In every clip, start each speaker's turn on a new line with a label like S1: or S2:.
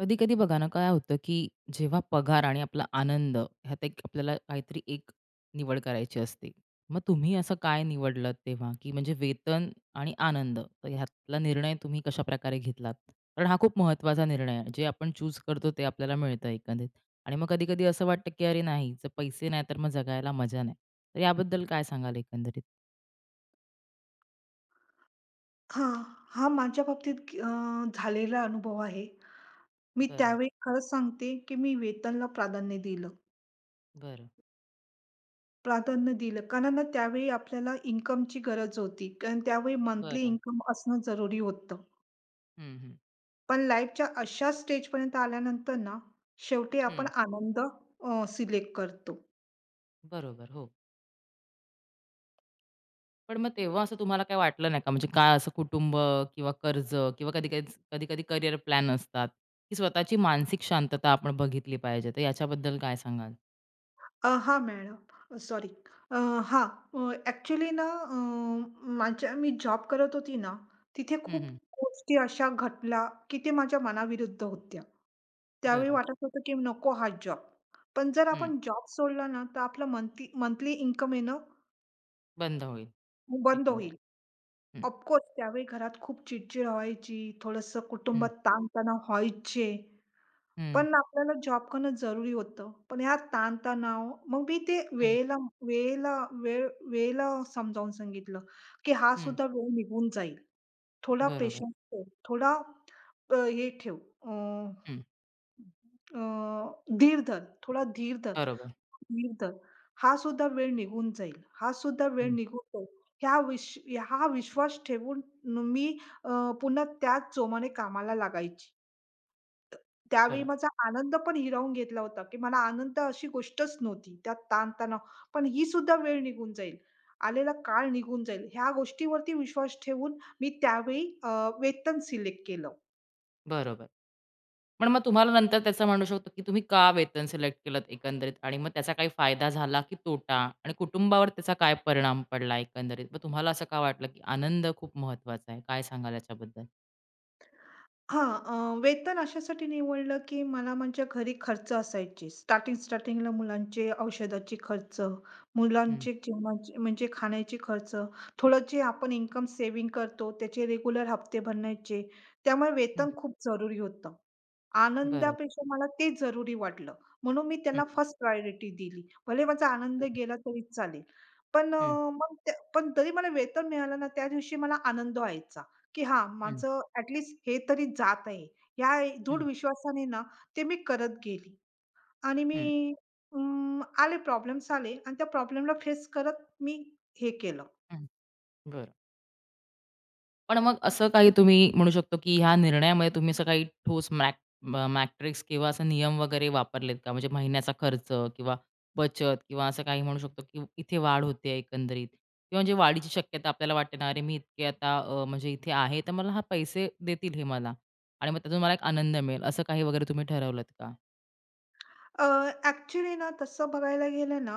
S1: कधी-कधी बघा ना, काय होतं, की जेव्हा पगार आणि आपला आनंद ह्यात एक आपल्याला काहीतरी एक निवड करायची असते. मग तुम्ही असं काय निवडलत तेव्हा, की म्हणजे वेतन आणि आनंद तर ह्यातला निर्णय तुम्ही कशाप्रकारे घेतलात? कारण हा खूप महत्त्वाचा निर्णय आहे. जे आपण चूज करतो ते आपल्याला मिळतं एकंदरीत. आणि मग कधी-कधी असं वाटतं, की अरे नाही, जर पैसे नाही तर मग जगायला मजा नाही. तर याबद्दल काय सांगाल एकंदरीत?
S2: हां, हा माझ्या बाबतीत अ, झालेला अनुभव आहे. मी
S1: बरं,
S2: त्यावेळी खरंच सांगते, की मी वेतनला प्राधान्य दिलं.
S1: बरं,
S2: प्राधान्य दिलं कारण ना त्यावेळी आपल्याला इन्कमची गरज होती. कारण त्यावेळी मंथली
S1: बरं.
S2: इन्कम असणं जरुरी होतं.
S1: हं, हं.
S2: पण लाईफच्या अशा स्टेजपर्यंत आल्यानंतर ना, शेवटी आपण
S1: हं.
S2: आनंद सिलेक्ट करतो.
S1: बरोबर. हो. पण मग तेव्हा असं तुम्हाला काही वाटलं नाही का? म्हणजे काय असं कुटुंब किंवा कर्ज किंवा कधी-कधी करियर प्लॅन असतात, की स्वतःची मानसिक शांतता आपण बघितली पाहिजे. तर याच्याबद्दल काय सांगाल?
S2: हां मॅडम. सॉरी. अ, हां. ना अ, माझ्या मी जॉब करत होती ना, तिथे
S1: हं,
S2: खूप
S1: हं.
S2: गोष्टी अशा घडल्या, की ते माझ्या मनाविरुद्ध होत्या. त्यावेळी
S1: बरं.
S2: वाटत होतं, की नको हा जॉब. पण जर
S1: हं.
S2: आपण जॉब सोडला ना, तर आपलं मंथली मंथली इन्कम येणं
S1: बंद होईल
S2: बंद
S1: एकंदरीत.
S2: होईल.
S1: हं,
S2: ऑफकोर्स त्यावेळी घरात खूप चिडचिड व्हायची, थोडंसं कुटुंबात
S1: हं,
S2: ताणतणाव व्हायचे.
S1: हं,
S2: पण आपल्याला जॉब करणं जरुरी होतं. पण ह्या ताण-तणाव मग मी ते
S1: हं,
S2: वेळेला वेळेला वेळ वेळेला समजावून सांगितलं, की हा
S1: हं.
S2: सुद्धा वेळ निघून जाईल. थोडा
S1: बरोबर.
S2: पेशन्स ठेव, थोडा अ, हे ठेव अ,
S1: हं.
S2: अ, धीर धर, थोडा धीर धर,
S1: बरोबर.
S2: धीर धर. हा सुद्धा वेळ निघून जाईल, हा सुद्धा वेळ
S1: हं.
S2: निघून जाईल. ह्या विश हा विश्वास ठेवून मी अ, पुन्हा त्याच जोमाने कामाला लागायची. त्यावेळी
S1: बरो
S2: माझा आनंद पण हिरावून घेतला होता, की मला आनंद अशी गोष्टच नव्हती. त्यात ताण-तणाव, पण ही सुद्धा वेळ निघून जाईल. आलेला काळ निघून जाईल. ह्या गोष्टीवरती विश्वास ठेवून मी त्यावेळी वेतन सिलेक्ट केलं.
S1: बरोबर. पण मग तुम्हाला नंतर त्याचं म्हणू शकतो, की तुम्ही का वेतन सिलेक्ट केलत एकंदरीत आणि मग त्याचा काही फायदा झाला की तोटा? आणि कुटुंबावर त्याचा काय परिणाम पडला एकंदरीत? मग तुम्हाला असं का वाटलं, की आनंद खूप महत्वाचा आहे? काय सांगाल याच्याबद्दल?
S2: हां, वेतन अशासाठी निवडलं, की मला माझ्या घरी खर्च असायचे. स्टार्टिंगला मुलांचे औषधाचे खर्च,
S1: हं,
S2: मुलांचे जेवणाचे म्हणजे खाण्याचे खर्च, थोडं जे आपण इन्कम सेव्हिंग करतो, त्याचे रेग्युलर हप्ते भरण्याचे. त्यामुळे
S1: हं.
S2: वेतन खूप जरुरी होतं.
S1: बरोबर.
S2: आनंदापेक्षा मला ते जरुरी वाटलं. म्हणून मी
S1: हं,
S2: त्याला फर्स्ट प्रायोरिटी दिली. भले माझा आनंद
S1: बरोबर.
S2: गेला तरी चालेल. पण
S1: हं,
S2: मग त्या पण तरी मला वेतन मिळालं ना, त्या दिवशी मला आनंद व्हायचा. की हा,
S1: हं,
S2: माझं ॲट लीस्ट हे तरी जात आहे. ह्या दृढ
S1: हं,
S2: विश्वासाने ना, ते मी करत गेली आणि
S1: हं,
S2: मी अं, आले प्रॉब्लेम्स आले आणि त्या प्रॉब्लेमला फेस करत मी हे केलं.
S1: हं. बरं. पण मग असं काही तुम्ही म्हणू शकतो, की ह्या निर्णयामध्ये तुम्ही असं काही ठोस मॅट्रिक्स किंवा असा नियम वगैरे वापरलेत का? म्हणजे महिन्याचा खर्च किंवा बचत किंवा असं काही म्हणू शकतो, की इथे वाढ होते एकंदरीत किंवा म्हणजे वाढीची शक्यता आपल्याला वाटते ना, "अरे, मी इतके आता म्हणजे इथे आहे, तर मला हा पैसे देतील हे मला आणि मग त्यातून मला एक आनंद मिळेल." असं काही वगैरे तुम्ही ठरवलत का?
S2: अ, ना तसं बघायला गेलं ना,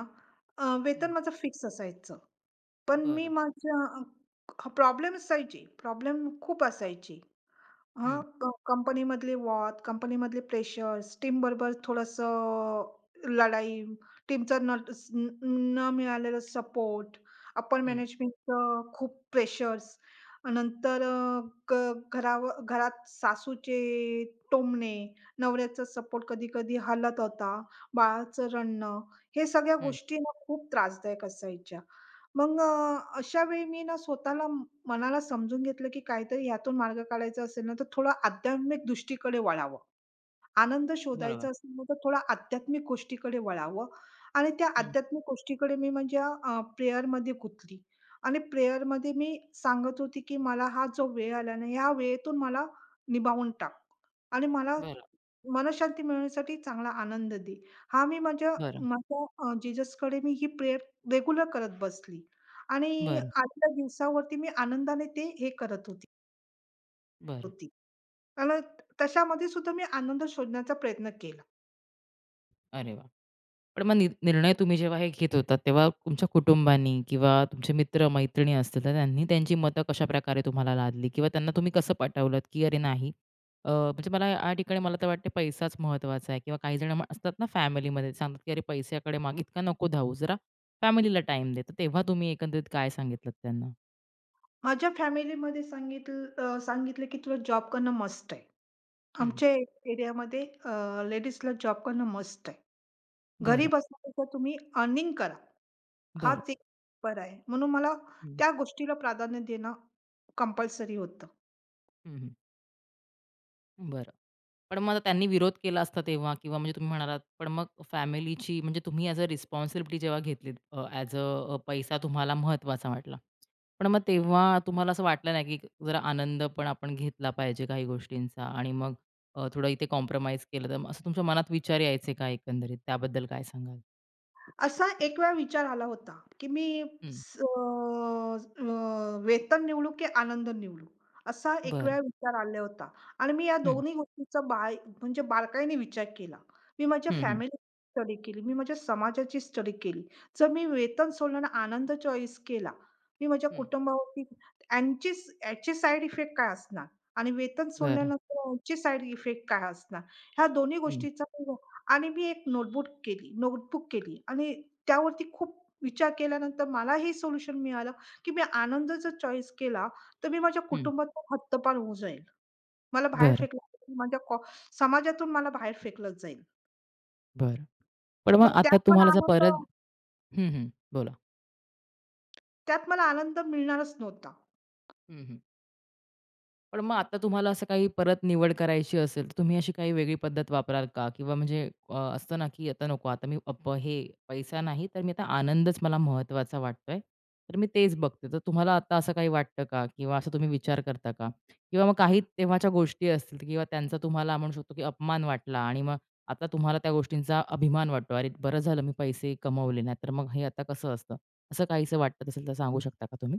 S2: वेतन
S1: हं,
S2: माझं फिक्स असायचं. पण मी
S1: बरं.
S2: प्रॉब्लेम असायचे, प्रॉब्लेम खूप असायचे. हां,
S1: हं,
S2: कंपनीमधले प्रेशर्स, टीमबरोबर थोडंसं लढाई, टीमचं न न न मिळालेलं सपोर्ट, अप्पर
S1: हं,
S2: मॅनेजमेंटचं खूप प्रेशर्स. नंतर अ, ग घरावर घरात सासूचे टोमणे, नवऱ्याचा सपोर्ट कधी-कधी हलत होता, बाळाचं रडणं, हे सगळ्या
S1: हं.
S2: गोष्टी ना खूप त्रासदायक असायच्या. मग अशा वेळी मी ना स्वतःला मनाला समजून घेतलं, की काहीतरी ह्यातून मार्ग काढायचा असेल ना, तर थोडं आध्यात्मिक दृष्टीकडे वळावं. आनंद
S1: बरोबर.
S2: शोधायचा असेल ना, तर थोडा आध्यात्मिक गोष्टीकडे वळावं आणि त्या
S1: हं.
S2: आध्यात्मिक गोष्टीकडे मी म्हणजे प्रेयरमध्ये गुंतली आणि प्रेयरमध्ये मी सांगत होती, की मला हा जो वेळ आला ना, ह्या वेळेतून मला निभावून टाक आणि मला
S1: बरं,
S2: मनशांती मिळवण्यासाठी चांगला आनंद दे. हा मी माझ्या
S1: बरं,
S2: माझ्या अ, जीजसकडे मी ही प्रेयर रेग्युलर करत बसली आणि
S1: बरं,
S2: आजच्या दिवसावरती मी आनंदाने ते हे करत होती
S1: बरं.
S2: होती. त्याला तशामध्ये सुद्धा मी आनंद शोधण्याचा प्रयत्न केला.
S1: अरे वाह! पण मग निर्णय तुम्ही जेव्हा हे घेत होतात, तेव्हा तुमच्या कुटुंबानी किंवा तुमचे मित्र-मैत्रिणी असतील, तर त्यांनी त्यांची मतं कशाप्रकारे तुम्हाला लादली? किंवा त्यांना तुम्ही कसं पटवलत, की "अरे नाही, म्हणजे मला या ठिकाणी मला तर वाटते पैसाच महत्त्वाचा आहे." किंवा काही जण मग असतात ना फॅमिलीमध्ये सांगतात, की "अरे पैशाकडे मागे इतका नको धावू, जरा फॅमिलीला टाईम दे." तर तेव्हा तुम्ही एकंदरीत काय सांगितलत त्यांना?
S2: माझ्या फॅमिलीमध्ये सांगितलं की तुला जॉब करणं मस्ट आहे.
S1: हं.
S2: आमच्या एरियामध्ये लेडीजला जॉब करणं मस्ट आहे. घरी
S1: बरं,
S2: बसण्यापेक्षा तुम्ही अर्निंग करा.
S1: बरं.
S2: हाच एक पर्याय. म्हणून मला
S1: हं,
S2: त्या गोष्टीला प्राधान्य देणं कंपल्सरी होतं.
S1: हं, बरं. पण मग त्यांनी विरोध केला असता तेव्हा किंवा म्हणजे तुम्ही म्हणालात, पण मग फॅमिलीची म्हणजे तुम्ही ॲज अ रिस्पॉन्सिबिलिटी जेव्हा घेतलीत ॲज अ पैसा तुम्हाला महत्त्वाचा वाटला. पण मग तेव्हा तुम्हाला असं वाटलं नाही, की जरा आनंद पण आपण घेतला पाहिजे काही गोष्टींचा आणि मग थोडं इथे कॉम्प्रोमाईज केलं तर मग असं तुमच्या मनात विचार यायचे का एकंदरीत? त्याबद्दल काय सांगाल?
S2: असा एक वेळा विचार आला होता, की मी
S1: हं.
S2: स अ, वेतन निवडू की आनंद निवडू? असा एक
S1: बरं.
S2: वेळा विचार आला होता आणि मी या
S1: हं.
S2: दोन्ही गोष्टींचा म्हणजे बारकाईने विचार केला. मी माझ्या
S1: हं, हं.
S2: फॅमिलीची स्टडी केली, मी माझ्या समाजाची स्टडी केली. जर मी वेतन सोडलं आणि आनंद चॉईस केला, मी माझ्या
S1: हं.
S2: कुटुंबावरती यांची याचे साइड इफेक्ट काय असणार आणि वेतन
S1: बरं.
S2: सोडल्यानंतर यांचे साइड इफेक्ट काय असणार? ह्या दोन्ही
S1: हं.
S2: गोष्टीचा आणि मी एक नोटबुक केली आणि त्यावरती खूप विचार केल्यानंतर मला हे सोल्युशन मिळालं, की मी आनंद जर चॉईस केला, तर मी माझ्या
S1: हं.
S2: कुटुंबातून हद्दपार होऊन जाईल. मला बाहेर
S1: बरं,
S2: फेकलं माझ्या कॉ समाजातून मला बाहेर फेकलंच जाईल.
S1: बरं. पण
S2: मग
S1: मग आता तुम्हाला जर परत हं, हं. बोला.
S2: त्यात मला आनंद मिळणारच नव्हता.
S1: हं, हं. पण मग आता तुम्हाला असं काही परत निवड करायची असेल, तर तुम्ही अशी काही वेगळी पद्धत वापराल का? किंवा म्हणजे असतं ना, की आता नको आता मी अप हे पैसा नाही, तर मी आता आनंदच मला महत्त्वाचा वाटतोय, तर मी तेच बघते. तर तुम्हाला आता असं काही वाटतं का? किंवा असं तुम्ही विचार करता का? किंवा मग काही तेव्हाच्या गोष्टी असतील किंवा त्यांचा तुम्हाला म्हणू शकतो, की अपमान वाटला आणि मग आता तुम्हाला त्या गोष्टींचा अभिमान वाटतो. अरे, बरं झालं मी पैसे कमवले, नाहीतर मग हे आता कसं असतं? असं काहीसं वाटत असेल तर सांगू शकता का तुम्ही?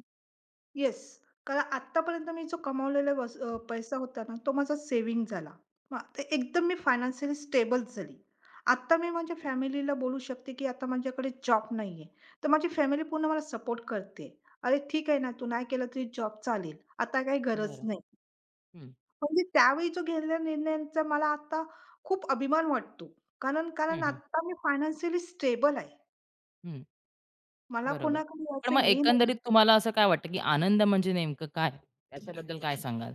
S2: येस. कारण आत्तापर्यंत मी जो कमावलेला पैसा होता ना, तो माझा सेव्हिंग झाला. मग ते एकदम मी फायनान्शियली स्टेबल झाली. आत्ता मी माझ्या फॅमिलीला बोलू शकते, की आता माझ्याकडे जॉब नाहीये. तर माझी फॅमिली पूर्ण मला सपोर्ट करते. "अरे ठीक आहे ना, तू नाही केलं तरी जॉब चालेल. आता काही गरज
S1: बरं.
S2: नाही."
S1: हं,
S2: म्हणजे त्यावेळी जो घेतलेल्या निर्णयांचा मला आता खूप अभिमान वाटतो. कारण कारण
S1: हं,
S2: आत्ता मी फायनान्शियली स्टेबल आहे.
S1: हं.
S2: मला
S1: बरोबर.
S2: कोणाकडे
S1: पण
S2: असं
S1: मग
S2: हे नाही.
S1: एकंदरीत तुम्हाला असं काय वाटतं, की आनंद म्हणजे नेमकं काय? त्याच्याबद्दल काय सांगाल?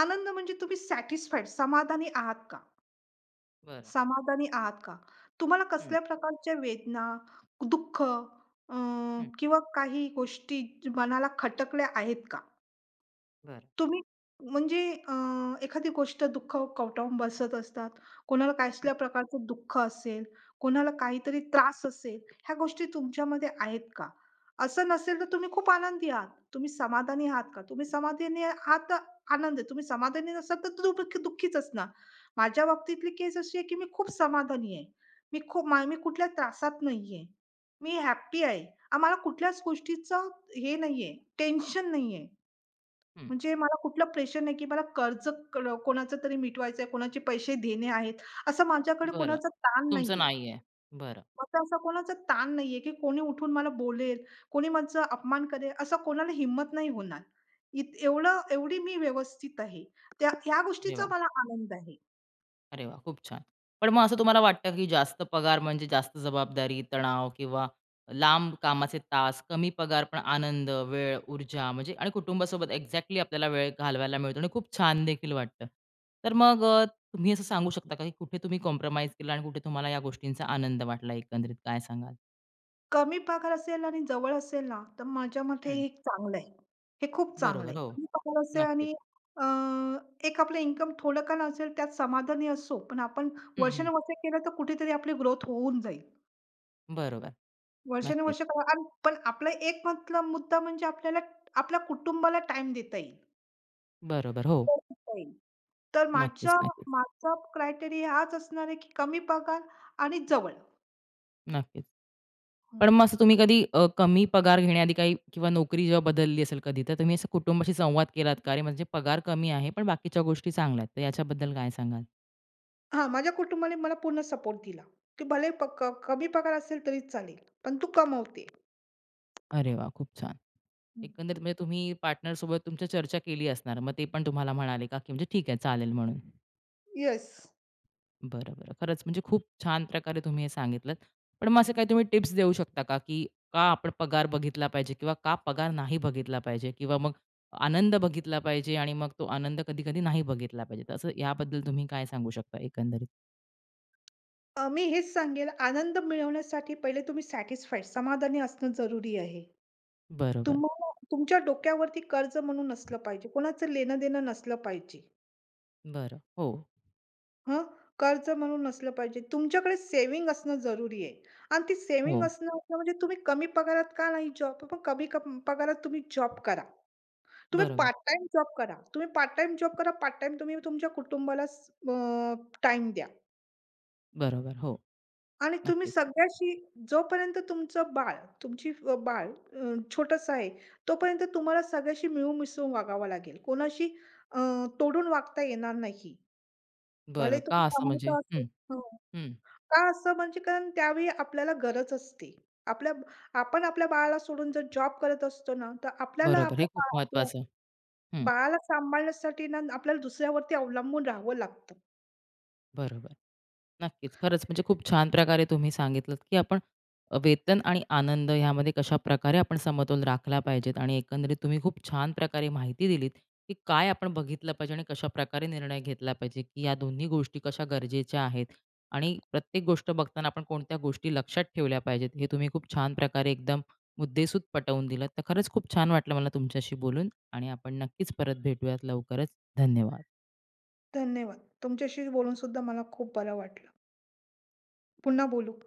S2: आनंद म्हणजे तुम्ही सॅटिस्फाईड, समाधानी आहात का?
S1: बरं.
S2: समाधानी आहात का? तुम्हाला
S1: हं,
S2: कसल्या प्रकारच्या वेदना, दुःख
S1: हं.
S2: किंवा काही गोष्टी मनाला खटकल्या आहेत का?
S1: बरं.
S2: तुम्ही म्हणजे अ, एखादी गोष्ट दुःख कवटाळून बसत असतात. कोणाला
S1: हं,
S2: कसल्या प्रकारचं दुःख असेल, कोणाला काहीतरी त्रास असेल, ह्या गोष्टी तुमच्यामध्ये आहेत का? असं नसेल तर तुम्ही खूप आनंदी आहात. तुम्ही समाधानी आहात का? तुम्ही समाधानी आहात तर आनंद आहे. तुम्ही समाधानी नसाल तर तुम्ही दुःखी- दुःखीच असणार. माझ्या बाबतीतली केस अशी आहे, की मी खूप समाधानी आहे. मी खूप मा मी कुठल्या त्रासात नाहीये. मी हॅपी आहे. आम्हाला कुठल्याच गोष्टीचं हे नाहीये, टेन्शन नाहीये.
S1: हं.
S2: म्हणजे मला कुठलं प्रेशर नाही, की मला कर्ज कोणाचं तरी मिटवायचंय, कोणाचे पैसे देणे आहेत. असं माझ्याकडे
S1: बरं.
S2: कोणाचा ताण
S1: तुमचं
S2: नाहीये.
S1: नाहीये. बरं.
S2: माझा असा कोणाचा ताण नाहीये, की कोणी उठून मला बोलेल, कोणी माझा अपमान करेल, असं कोणाला हिंमत नाही होणार. इत एवढं एवढी मी व्यवस्थित आहे. ह्या
S1: अरे
S2: गोष्टीचा
S1: वाह!
S2: मला आनंद आहे.
S1: अरे वा, खूप छान. पण मग असं तुम्हाला वाटतं, की जास्त पगार म्हणजे जास्त जबाबदारी, तणाव किंवा लांब कामाचे तास, कमी पगार पण आनंद, वेळ, ऊर्जा म्हणजे आणि कुटुंबासोबत एक्झॅक्टली आपल्याला वेळ घालवायला मिळतो आणि खूप छान देखील वाटतं. तर मग तुम्ही असं सांगू शकता का, की कुठे तुम्ही कॉम्प्रोमाईज केला आणि कुठे तुम्हाला या गोष्टींचा आनंद वाटला एकंदरीत काय सांगाल?
S2: कमी पगार असेल आणि जवळ असेल ना, तर माझ्या मते
S1: हं.
S2: हे चांगलं आहे. हे खूप चांगलं
S1: बरोबर.
S2: आहे.
S1: हो.
S2: कमी पगार असेल
S1: नक्कीच.
S2: आणि अ, एक आपलं इन्कम थोडं का नसेल त्यात समाधानी असो, पण आपण
S1: हं, हं.
S2: वर्षानुवर्षे केलं तर कुठेतरी आपली ग्रोथ होऊन जाईल.
S1: बरोबर. नक्कीच.
S2: वर्षानुवर्ष करा पण आपला एक मतलब मुद्दा म्हणजे आपल्याला आपल्या कुटुंबाला टाईम देता येईल.
S1: बरोबर. हो.
S2: वेळ देता येईल. तर
S1: नक्कीच, नक्कीच.
S2: माझा क्रायटेरिया हाच असणार आहे, की कमी पगार आणि जवळ.
S1: नक्कीच.
S2: हं.
S1: पण मग असं तुम्ही कधी कमी पगार घेण्याआधी काही किंवा नोकरी जेव्हा बदलली असेल कधी, तर तुम्ही असं कुटुंबाशी संवाद केलात का? अरे, म्हणजे पगार कमी आहे, पण बाकीच्या गोष्टी चांगल्या आहेत. तर याच्याबद्दल काय सांगाल?
S2: हां, माझ्या कुटुंबाने मला पूर्ण सपोर्ट दिला, की भले प क कमी पगार असेल तरी चालेल, पण तू कमवते.
S1: अरे वाह! खूप छान. एकंदरीत म्हणजे तुम्ही पार्टनरसोबत तुमच्या चर्चा केली असणार. मग ते पण तुम्हाला म्हणाले का, की म्हणजे ठीक आहे, चालेल म्हणून?
S2: येस.
S1: बरं, बरं. खरंच म्हणजे खूप छान प्रकारे तुम्ही हे सांगितलंत. पण मग असे काही तुम्ही टिप्स देऊ शकता का, की का आपण पगार बघितला पाहिजे किंवा का पगार नाही बघितला पाहिजे किंवा मग आनंद बघितला पाहिजे आणि मग तो आनंद कधी-कधी नाही बघितला पाहिजे. तर असं याबद्दल तुम्ही काय सांगू शकता एकंदरीत?
S2: मी हेच सांगेल आनंद मिळवण्यासाठी पहिले तुम्ही सॅटिस्फाईड, समाधानी असणं जरुरी आहे.
S1: बरोबर.
S2: तुम्हाला तुमच्या डोक्यावरती कर्ज म्हणून नसलं पाहिजे, कोणाचं लेणं-देणं नसलं पाहिजे.
S1: बरं. हो,
S2: हं, कर्ज म्हणून नसलं पाहिजे. तुमच्याकडे सेव्हिंग असणं जरुरी आहे आणि ती सेव्हिंग
S1: हो.
S2: असणं असणं म्हणजे तुम्ही कमी पगारात का नाही जॉब पण कमी क पगारात तुम्ही जॉब करा. तुम्ही
S1: बरोबर,
S2: पार्ट टाईम जॉब करा. तुम्ही पार्ट टाईम जॉब करा, पार्ट टाईम तुम्ही तुमच्या कुटुंबाला अ, टाईम द्या.
S1: बरोबर. हो,
S2: आणि तुम्ही
S1: नक्कीच.
S2: सगळ्याशी जोपर्यंत तुमचं बाळ, तुमची बाळ छोटंसं आहे, तोपर्यंत तुम्हाला सगळ्याशी मिळून-मिसळून वागावं लागेल. कोणाशी अ, तोडून वागता येणार नाही.
S1: बरं,
S2: भले तुम्ही
S1: का असं म्हणजे?
S2: कमवता असेल
S1: हं,
S2: हो.
S1: हं.
S2: का असं म्हणजे कारण त्यावेळी आपल्याला गरज असते. आपल्या आपण आपल्या बाळाला सोडून जर जॉब करत असतो ना, तर आपल्याला
S1: बरोबर. हे खूप
S2: आपल्या
S1: महत्वाचं. हं,
S2: बाळाला सांभाळण्यासाठी ना आपल्याला दुसऱ्यावरती अवलंबून राहावं लागतं.
S1: बरोबर. नक्कीच. खरंच म्हणजे खूप छान प्रकारे तुम्ही सांगितलत, की आपण वेतन आणि आनंद ह्यामध्ये कशा प्रकारे आपण समतोल राखला पाहिजेत आणि एकंदरीत तुम्ही खूप छान प्रकारे माहिती दिलीत, की काय आपण बघितलं पाहिजे आणि कशाप्रकारे निर्णय घेतला पाहिजे, की या दोन्ही गोष्टी कशा गरजेच्या आहेत आणि प्रत्येक गोष्ट बघताना आपण कोणत्या गोष्टी लक्षात ठेवल्या पाहिजेत, हे तुम्ही खूप छान प्रकारे एकदम मुद्देसूद पटवून दिलत. तर खरंच खूप छान वाटलं मला तुमच्याशी बोलून आणि आपण नक्कीच परत भेटूयात लवकरच. धन्यवाद.
S2: धन्यवाद. तुमच्याशी बोलून सुद्धा मला खूप बरं वाटलं. पुन्हा बोलू.